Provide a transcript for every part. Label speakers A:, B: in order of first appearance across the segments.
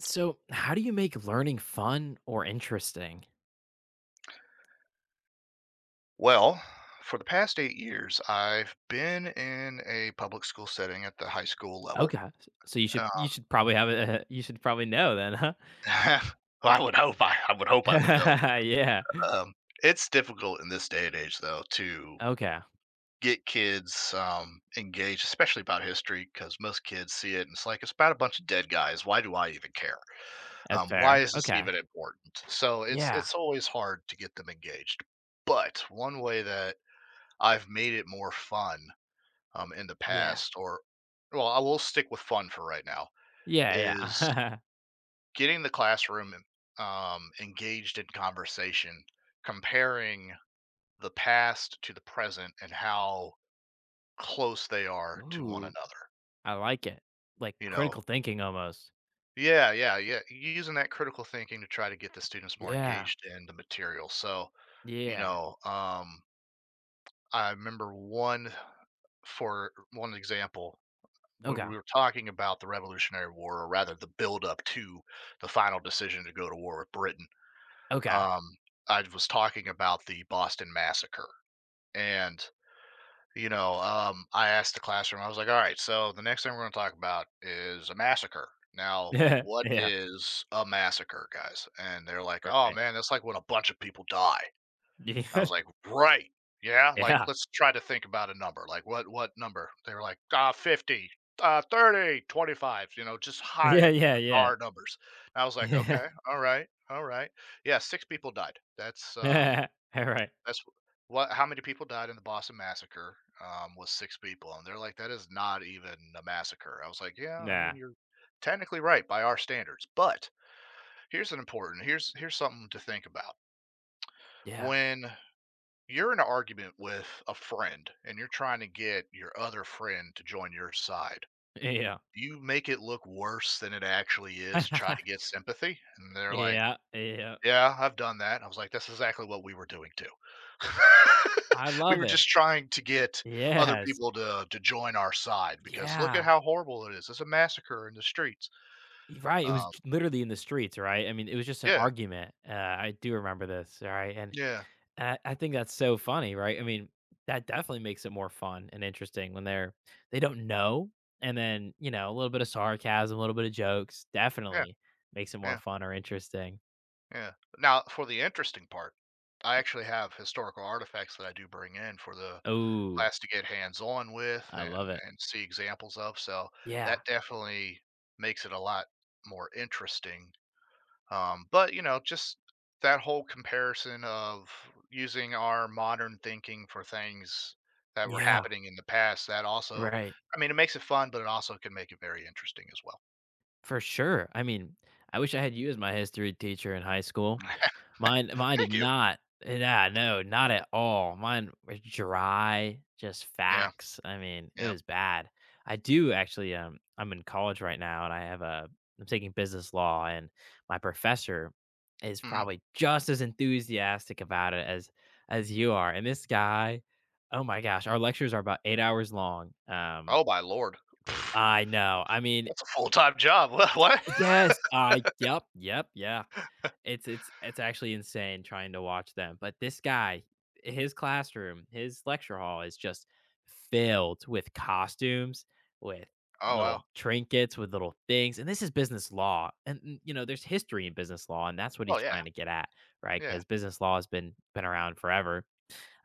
A: So, how do you make learning fun or interesting?
B: Well, for the past 8 years, I've been in a public school setting at the high school level.
A: Okay, s- so you should
B: Uh,
A: you should probably have a you should probably know then, huh?
B: well, I would hope I would hope I would know.
A: yeah.
B: Um, it's difficult in this day and age, though, to
A: Okay,
B: get kids engaged, especially about history, because most kids see it and it's like it's about a bunch of dead guys. Why do I even care?
A: that's fair.
B: Why is this
A: Okay,
B: even important? So it's
A: yeah,
B: it's always hard to get them engaged. But one way that I've made it more fun in the
A: yeah,
B: past, or well, I will stick with fun for right now,
A: yeah,
B: is
A: yeah.
B: getting the classroom engaged in conversation, comparing the past to the present and how close they are to one
A: Ooh,
B: another.
A: I like it. Like
B: You know,
A: critical thinking almost.
B: yeah, yeah, yeah. Using that critical thinking to try to get the students more
A: Yeah,
B: engaged in the material. So, you
A: yeah.
B: know, um, I remember one for one example when
A: Okay,
B: we were talking about the Revolutionary War, or rather the buildup to the final decision to go to war with Britain.
A: okay.
B: um, I was talking about the Boston Massacre. And, I asked the classroom. I was like, "All right, so the next thing we're going to talk about is a massacre. Now,
A: yeah.
B: what
A: Yeah,
B: is a massacre, guys?" And they're like, "Oh
A: right.
B: man, that's like when a bunch of people die." I
A: Yeah,
B: was like, "Right. Yeah, like,
A: yeah,
B: let's try to think about a number, like, what number?" They were like, "Ah, 50, 30, 25, you know, just
A: yeah,
B: high,
A: yeah, yeah,
B: bizarre numbers." And I was like, "Okay, all right, all right. Yeah, six people died. That's,
A: yeah. All right.
B: that's what how many people died in the Boston Massacre, was six people." And they're like, "That is not even a massacre." I was like, "Yeah, I
A: Nah.
B: mean, you're technically right by our standards. But here's an important here's here's something to think about.
A: Yeah,
B: When you're in an argument with a friend and you're trying to get your other friend to join your side,
A: yeah,
B: you make it look worse than it actually is, to try to get sympathy." And they're like,
A: yeah, yeah.
B: "Yeah, I've done that." I was like, "That's exactly what we were doing too."
A: I
B: We
A: love
B: were
A: it.
B: just trying to get other
A: Yes.
B: people to join our side because look at
A: Yeah.
B: how horrible it is. It's a massacre in the streets.
A: Y right, it was
B: Um,
A: j literally in the streets, right? I mean, it was just an
B: yeah,
A: argument. I do remember this, right? And
B: yeah,
A: I think that's so funny, right? I mean, that definitely makes it more fun and interesting when they don't know, and then, you know, a little bit of sarcasm, a little bit of jokes,
B: yeah,
A: definitely makes it more
B: yeah,
A: fun or interesting.
B: yeah. Now, for the interesting part, I actually have historical artifacts that I do bring in for the
A: Ooh,
B: class to get hands-on with
A: I
B: and
A: love it.
B: and see examples of, so
A: Yeah.
B: that definitely makes it a lot more interesting. But, you know, just that whole comparison of using our modern thinking for things that were
A: Yeah.
B: happening in the past, that also,
A: Right.
B: I mean, it makes it fun, but it also can make it very interesting as well.
A: For sure. I mean, I wish I had you as my history teacher in high school. Mine did
B: Thank you.
A: not. Yeah, no, not at all. Mine was dry, just
B: Yeah,
A: facts. I mean, it
B: yeah,
A: was bad. I do actually, I'm in college right now and I have a I'm taking business law and my professor is
B: mhm.
A: probably just as enthusiastic about it as you are. And this guy, oh my gosh, our lectures are about 8 hours long.
B: Oh my lord. Pff,
A: I know. I mean,
B: that's a full-time job. What?
A: yes, I yeah. It's actually insane trying to watch them, but this guy, his classroom, his lecture hall is just filled with costumes, with
B: Oh,
A: little
B: wow.
A: trinkets, with little things, and this is business law, and you know, there's history in business law, and that's what he's
B: Well, yeah,
A: trying to get at, right?
B: yeah,
A: Because business law has been around forever,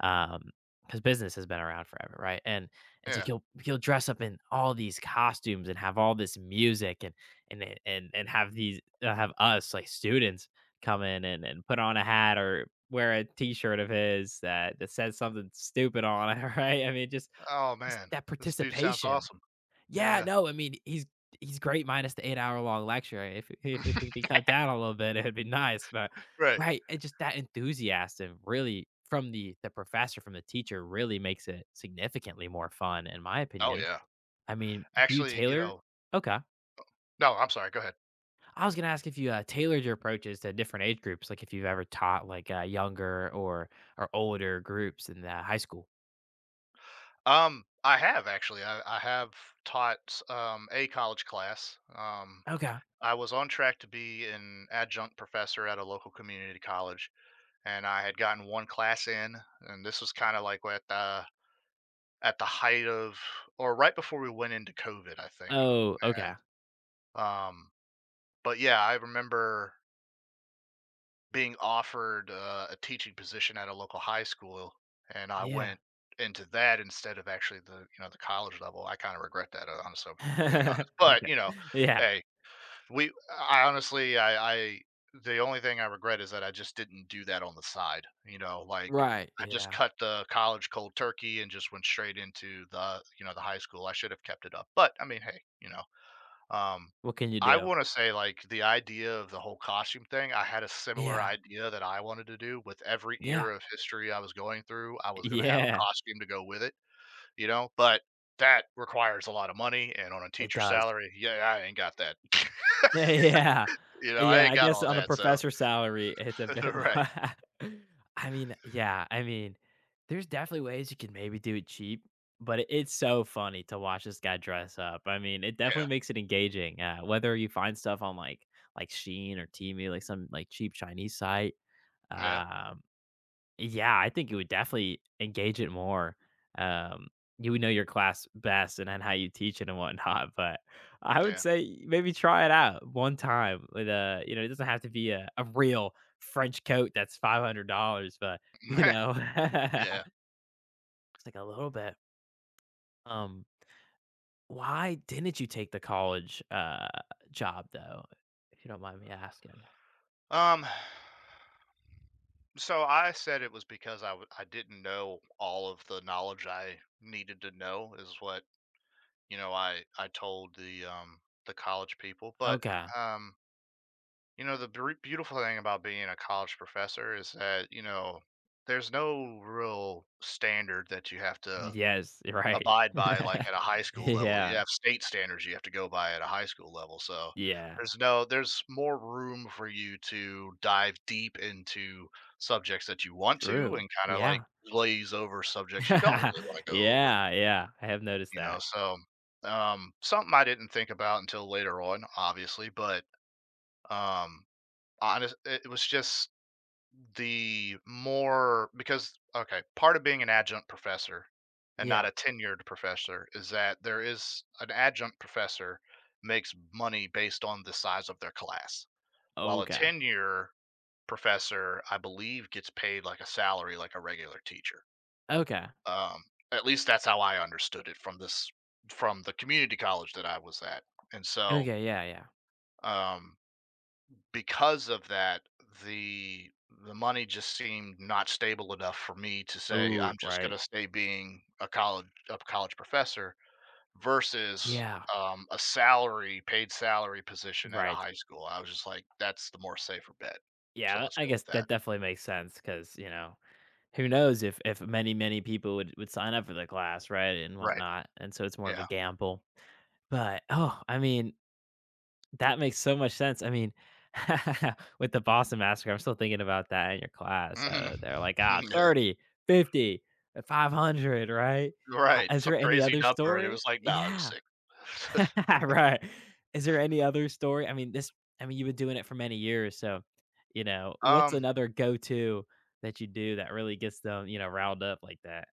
A: um, because business has been around forever, right? And so
B: yeah.
A: he'll dress up in all these costumes and have all this music and and and have these have us like students come in and put on a hat or wear a t-shirt of his that that says something stupid on it, right? I mean,
B: Oh,
A: just
B: man.
A: that
B: This dude sounds
A: participation
B: awesome.
A: yeah,
B: Yeah.
A: no, I mean, he's great minus the eight-hour-long lecture. If it could be cut down a little bit, it'd be nice, but
B: Right.
A: right, and just that enthusiasm really from the professor, from the teacher really makes it significantly more fun, in my
B: Oh,
A: opinion.
B: yeah.
A: I mean, you
B: Actually, you
A: tailor
B: know,
A: Okay.
B: no, I'm sorry, go ahead.
A: I was gonna ask if you, tailored your approaches to different age groups, like if you've ever taught, like, younger or older groups in, high school.
B: I have actually. I have taught, a college class.
A: Okay.
B: I was on track to be an adjunct professor at a local community college, and I had gotten one class in, and this was kinda like at the height of, or right before we went into COVID, I think,
A: Oh, okay.
B: and, um but, yeah, I remember being offered a teaching position at a local high school, and I
A: Yeah.
B: went into that instead of, actually, the, you know, the college level. I kind of regret that, honestly, if I'm being honest. But
A: Okay.
B: you know,
A: Yeah.
B: hey, we. I honestly, I The only thing I regret is that I just didn't do that on the side. You know, like
A: Right,
B: I just
A: yeah.
B: cut the college cold turkey and just went straight into the, you know, the high school. I should have kept it up, but I mean, hey, you know. Um,
A: What can you
B: I
A: do?
B: wanna say, like, the idea of the whole costume thing, I had a similar
A: Yeah,
B: idea that I wanted to do. With every
A: yeah,
B: year of history I was going through, I was gonna have a
A: yeah,
B: costume to go with it, you know, but that requires a lot of money, and on a
A: it
B: teacher
A: does.
B: salary, yeah, I ain't got that.
A: Yeah, yeah,
B: You know, I
A: yeah,
B: ain't
A: I
B: got
A: guess
B: all
A: on a
B: that, so
A: professor salary, it's a bit
B: right.
A: more. I mean, yeah, I mean, there's definitely ways you can maybe do it cheap, but it's so funny to watch this guy dress up. I mean, it definitely
B: Yeah.
A: makes it engaging, whether you find stuff on, like, Shein or Temu, like some, like, cheap Chinese site.
B: Yeah.
A: Um, yeah, I think you would definitely engage it more. Um, you would know your class best and then how you teach it and whatnot. But I would
B: Yeah.
A: say maybe try it out one time with a, you know, it doesn't have to be a real French coat that's $500, but you know,
B: Yeah.
A: it's like a little bit. Um, why didn't you take the college job though, if you don't mind me asking?
B: Um, so I said it was because I didn't know all of the knowledge I needed to know, is what, you know, I told the, the college people. But
A: Okay.
B: um you know, the beautiful thing about being a college professor is that, you know, there's no real standard that you have to
A: Yes, you're right.
B: abide by, like at a high school level. You
A: yeah.
B: have state standards you have to go by at a high school level. So
A: Yeah.
B: there's no there's more room for you to dive deep into subjects that you want to,
A: True.
B: and kind of
A: Yeah.
B: like glaze over subjects you don't really want to go over.
A: Yeah, yeah, I have noticed
B: You know,
A: that.
B: so, something I didn't think about until later on, obviously, but, um, honest, it was just the more because, okay, part of being an adjunct professor and not
A: Yeah.
B: a tenured professor is that, there is an adjunct professor makes money based on the size of their class, while a
A: Okay,
B: tenure professor, I believe, gets paid like a salary, like a regular teacher.
A: okay,
B: Um, at least that's how I understood it, from this from the community college that I was at. And so,
A: okay, yeah, yeah.
B: um, because of that, the the money just seemed not stable enough for me to say
A: Ooh,
B: I'm just going
A: right.
B: to stay being a college professor, versus,
A: Yeah,
B: a salary, paid salary position at a
A: right.
B: high school. I was just like, that's the more safer bet. So
A: Yeah,
B: let's
A: I
B: go
A: guess
B: with that.
A: that definitely makes sense, cause you know, who knows if many, many people would sign up for the class, right, and
B: Right.
A: whatnot, and so it's more of a
B: Yeah.
A: gamble. But, oh, I mean, that makes so much sense. I mean, with the Boston Massacre, I'm still thinking about that in your class.
B: Mhm.
A: They're like, ah, 30, 50, 500, right?
B: Right,
A: Is
B: some
A: there any
B: crazy
A: other
B: number, and it
A: story?
B: was like, "No, nah, it was
A: Yeah,
B: sick."
A: right. Is there any other story? I mean, this, I mean, you've been doing it for many years. So, you know, what's
B: Um,
A: another go to that you do that really gets them, you know, riled up like that?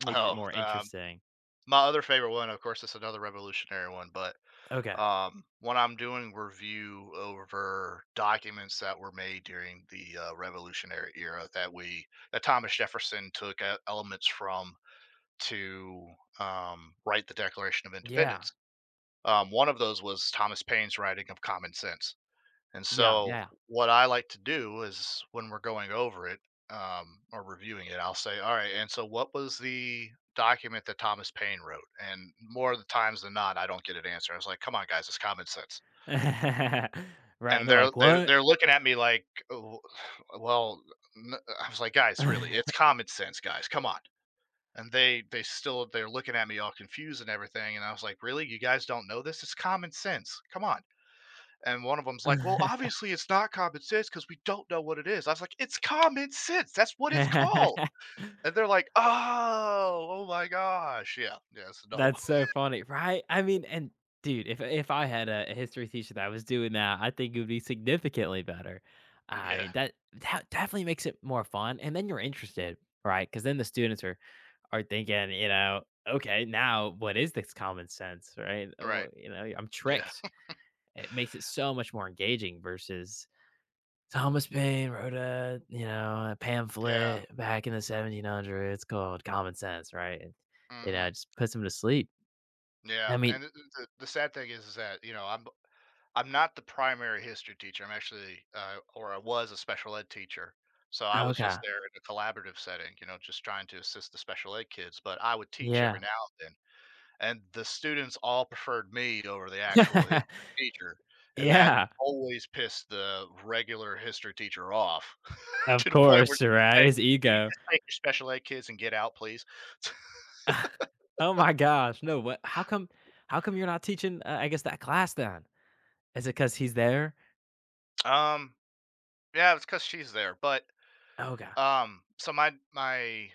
A: It makes it
B: oh,
A: more
B: um,
A: interesting.
B: my other favorite one, of course, it's another revolutionary one, but,
A: Okay.
B: when I'm doing review over documents that were made during the, Revolutionary Era that we that Thomas Jefferson took e elements from to, write the Declaration of
A: Yeah.
B: Independence, one of those was Thomas Paine's writing of Common Sense. And
A: Yeah.
B: so
A: Yeah.
B: what I like to do is when we're going over it, or reviewing it, I'll say, "All right, and so what was the document that Thomas Paine wrote?" And more of the times than not, I don't get an answer. I was like, "Come on, guys, it's common sense."
A: right. And
B: And
A: they're
B: they're
A: like,
B: they're,
A: what?
B: they're looking at me like, "Oh, well, n-" I was like, "Guys, really, it's common sense, guys, come on." And they're looking at me all confused and everything. And I was like, "Really, you guys don't know this? It's common sense. Come on." And one of them's like, "Well, obviously it's not common sense because we don't know what it is." I was like, "It's common sense. That's what it's called." And they're like, "Oh, oh my gosh." Yeah. Yeah, it's another one.
A: That's so funny, right? I mean, and dude, if I had a history teacher that was doing that, I think it would be significantly better. I
B: Yeah.
A: mean, that that definitely makes it more fun, and then you're interested, right? Because then the students are thinking, you know, okay, now what is this common sense, right? Oh,
B: Right.
A: you know, I'm
B: Yeah.
A: tricked. It makes it so much more engaging versus Thomas Paine wrote a, you know, a
B: Yeah.
A: pamphlet back in the 1700s called Common Sense, right? And, you know,
B: Mhm.
A: it just puts him to sleep. I
B: Yeah,
A: mean
B: and th the sad thing is that, you know, I'm not the primary history teacher. I'm actually, or, I was, a special ed teacher. So I was
A: okay.
B: just there in a collaborative setting, you know, just trying to assist the special ed kids, but I would teach every
A: Yeah.
B: now and then, and the students all preferred me over the actual history teacher, and that
A: Yeah.
B: always pissed the regular history teacher off
A: Of
B: to the point where
A: course,
B: she'd
A: right?
B: say,
A: His
B: "Can you
A: ego.
B: just take your special ed kids and get out, please?"
A: Oh my gosh, no, what how come you're not teaching, I guess that class then? Is it because he's there?
B: Um, yeah, it's because she's there. But,
A: Okay,
B: so my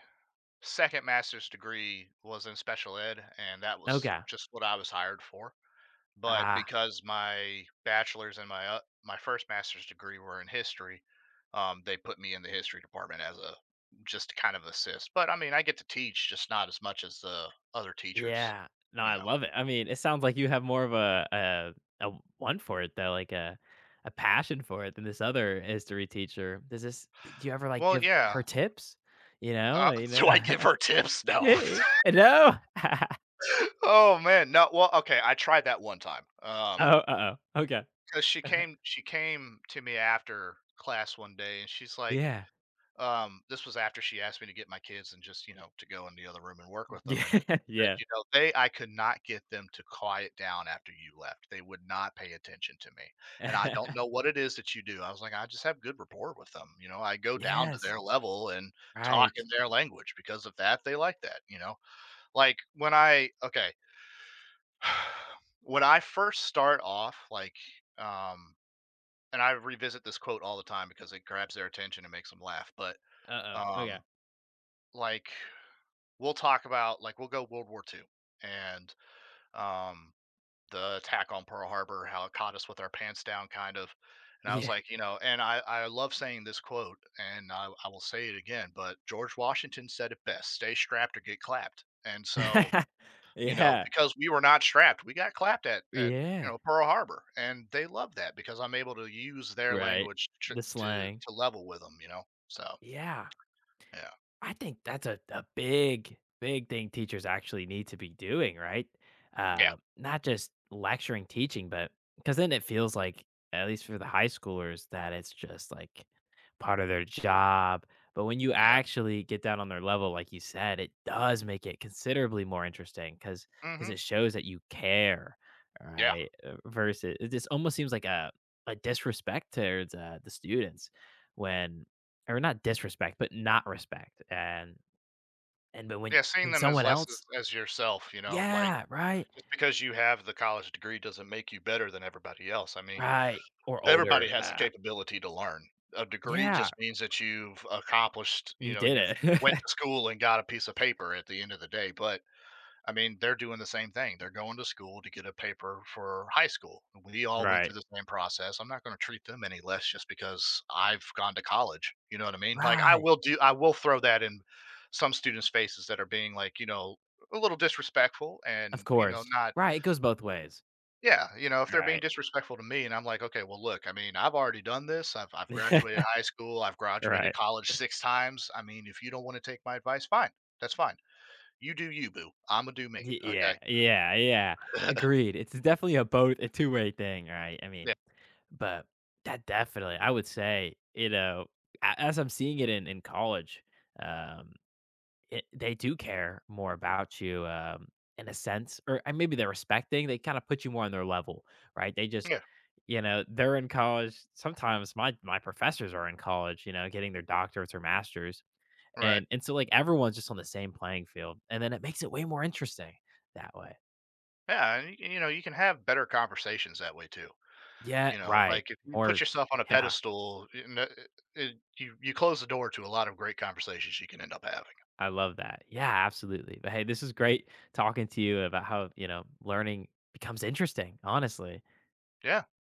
B: second master's degree was in special ed, and that was
A: okay.
B: just what I was hired for. But
A: Ah.
B: because my bachelor's and my first master's degree were in history, they put me in the history department as a just to kind of assist. But I mean, I get to teach, just not as much as the other teachers,
A: Yeah. No,
B: you
A: I
B: know.
A: love it. I mean, it sounds like you have more of a a one for it though, like a passion for it than this other history teacher. Does this do you ever like
B: Well,
A: give
B: yeah.
A: her tips? You know, you know.
B: Do I give her tips? No.
A: Yeah. No.
B: Oh man, no. Well, okay. I tried that one time.
A: Oh, uh-oh. Okay.
B: Because she came, to me after class one day, and she's like,
A: Yeah.
B: This was after she asked me to get my kids and just, you know, to go in the other room and work with them, and
A: Yeah.
B: she said,
A: Yeah.
B: "You know, they I could not get them to quiet down after you left. They would not pay attention to me, and I don't know what it is that you do." I was like, "I just have good rapport with them, you know, I go down to
A: Yes.
B: their level and talk
A: Right.
B: in their language. Because of that, they like that," you know? Like, when I okay, when I first start off, like, um and I revisit this quote all the time because it grabs their attention and makes them laugh. But,
A: Uh-oh. Okay.
B: um like, we'll talk about, we'll go World War Two, and um the attack on Pearl Harbor, how it caught us with our pants down, kind of. And I was
A: Yeah.
B: like, you know, and I love saying this quote, and I will say it again, but George Washington said it best: stay strapped or get clapped. And so, you know,
A: Yeah.
B: because we were not strapped, we got clapped at, you
A: Yeah.
B: know, Pearl Harbor. And they love that because I'm able to use their
A: Right.
B: language to,
A: The
B: to,
A: slang.
B: to level with them, you know? So,
A: Yeah.
B: yeah.
A: I think that's a big, big thing teachers actually need to be doing, right?
B: Yeah.
A: Not just lecturing, teaching, but because then it feels like, at least for the high schoolers, that it's just like part of their job. But when you
B: Yeah.
A: actually get down on their level, like you said, it does make it considerably more interesting because
B: Hmm.
A: it shows that you care,
B: Yeah.
A: right? Versus, it just almost seems like a disrespect towards the students when or not disrespect, but not respect, and but
B: Yeah, seeing
A: when
B: them as
A: someone
B: less as,
A: else.
B: yourself, you know, like,
A: Yeah, right,
B: just because you have the college degree doesn't make you better than everybody else. I mean,
A: right, or
B: everybody
A: older,
B: has the capability to learn. A degree
A: Yeah,
B: just means that you've accomplished, you
A: you
B: know,
A: did
B: you've
A: it.
B: went to school and got a piece of paper at the end of the day. But I mean, they're doing the same thing. They're going to school to get a paper for high school. We all went
A: Right,
B: through the same process. I'm not going to treat them any less just because I've gone to college. You know what I mean? Like,
A: right,
B: I will throw that in some students' faces that are being, like, you know, a little disrespectful,
A: of
B: and, you know,
A: course.
B: not,
A: Right, it goes both ways.
B: yeah, you know, if they're being
A: Right.
B: disrespectful to me, and I'm like, okay, well, look, I mean, I've already done this. I've graduated high school, I've graduated
A: Right.
B: college six times. I mean, if you don't want to take my advice, fine. That's fine. You do you, boo. I'm going to do me,
A: Y
B: okay?
A: yeah, yeah, yeah, agreed, it's definitely a both a two-way thing, right, I mean,
B: Yeah.
A: but that definitely I would say, you know, a as I'm seeing it in college, um it, they do care more about you in a sense, or and maybe they're respecting. They kind of put you more on their level, right? They just,
B: Yeah.
A: you know, they're in college. Sometimes my professors are in college, you know, getting their doctorates or masters,
B: Right.
A: and so like everyone's just on the same playing field, and then it makes it way more interesting that way.
B: Yeah, and you know, you can have better conversations that way too.
A: Yeah,
B: You know,
A: right.
B: like if you put
A: More,
B: yourself on a
A: yeah.
B: pedestal, you know, it, you close the door to a lot of great conversations you can end up having.
A: I love that. Yeah, absolutely. But hey, this is great talking to you about how you know learning becomes interesting. Honestly.
B: Yeah.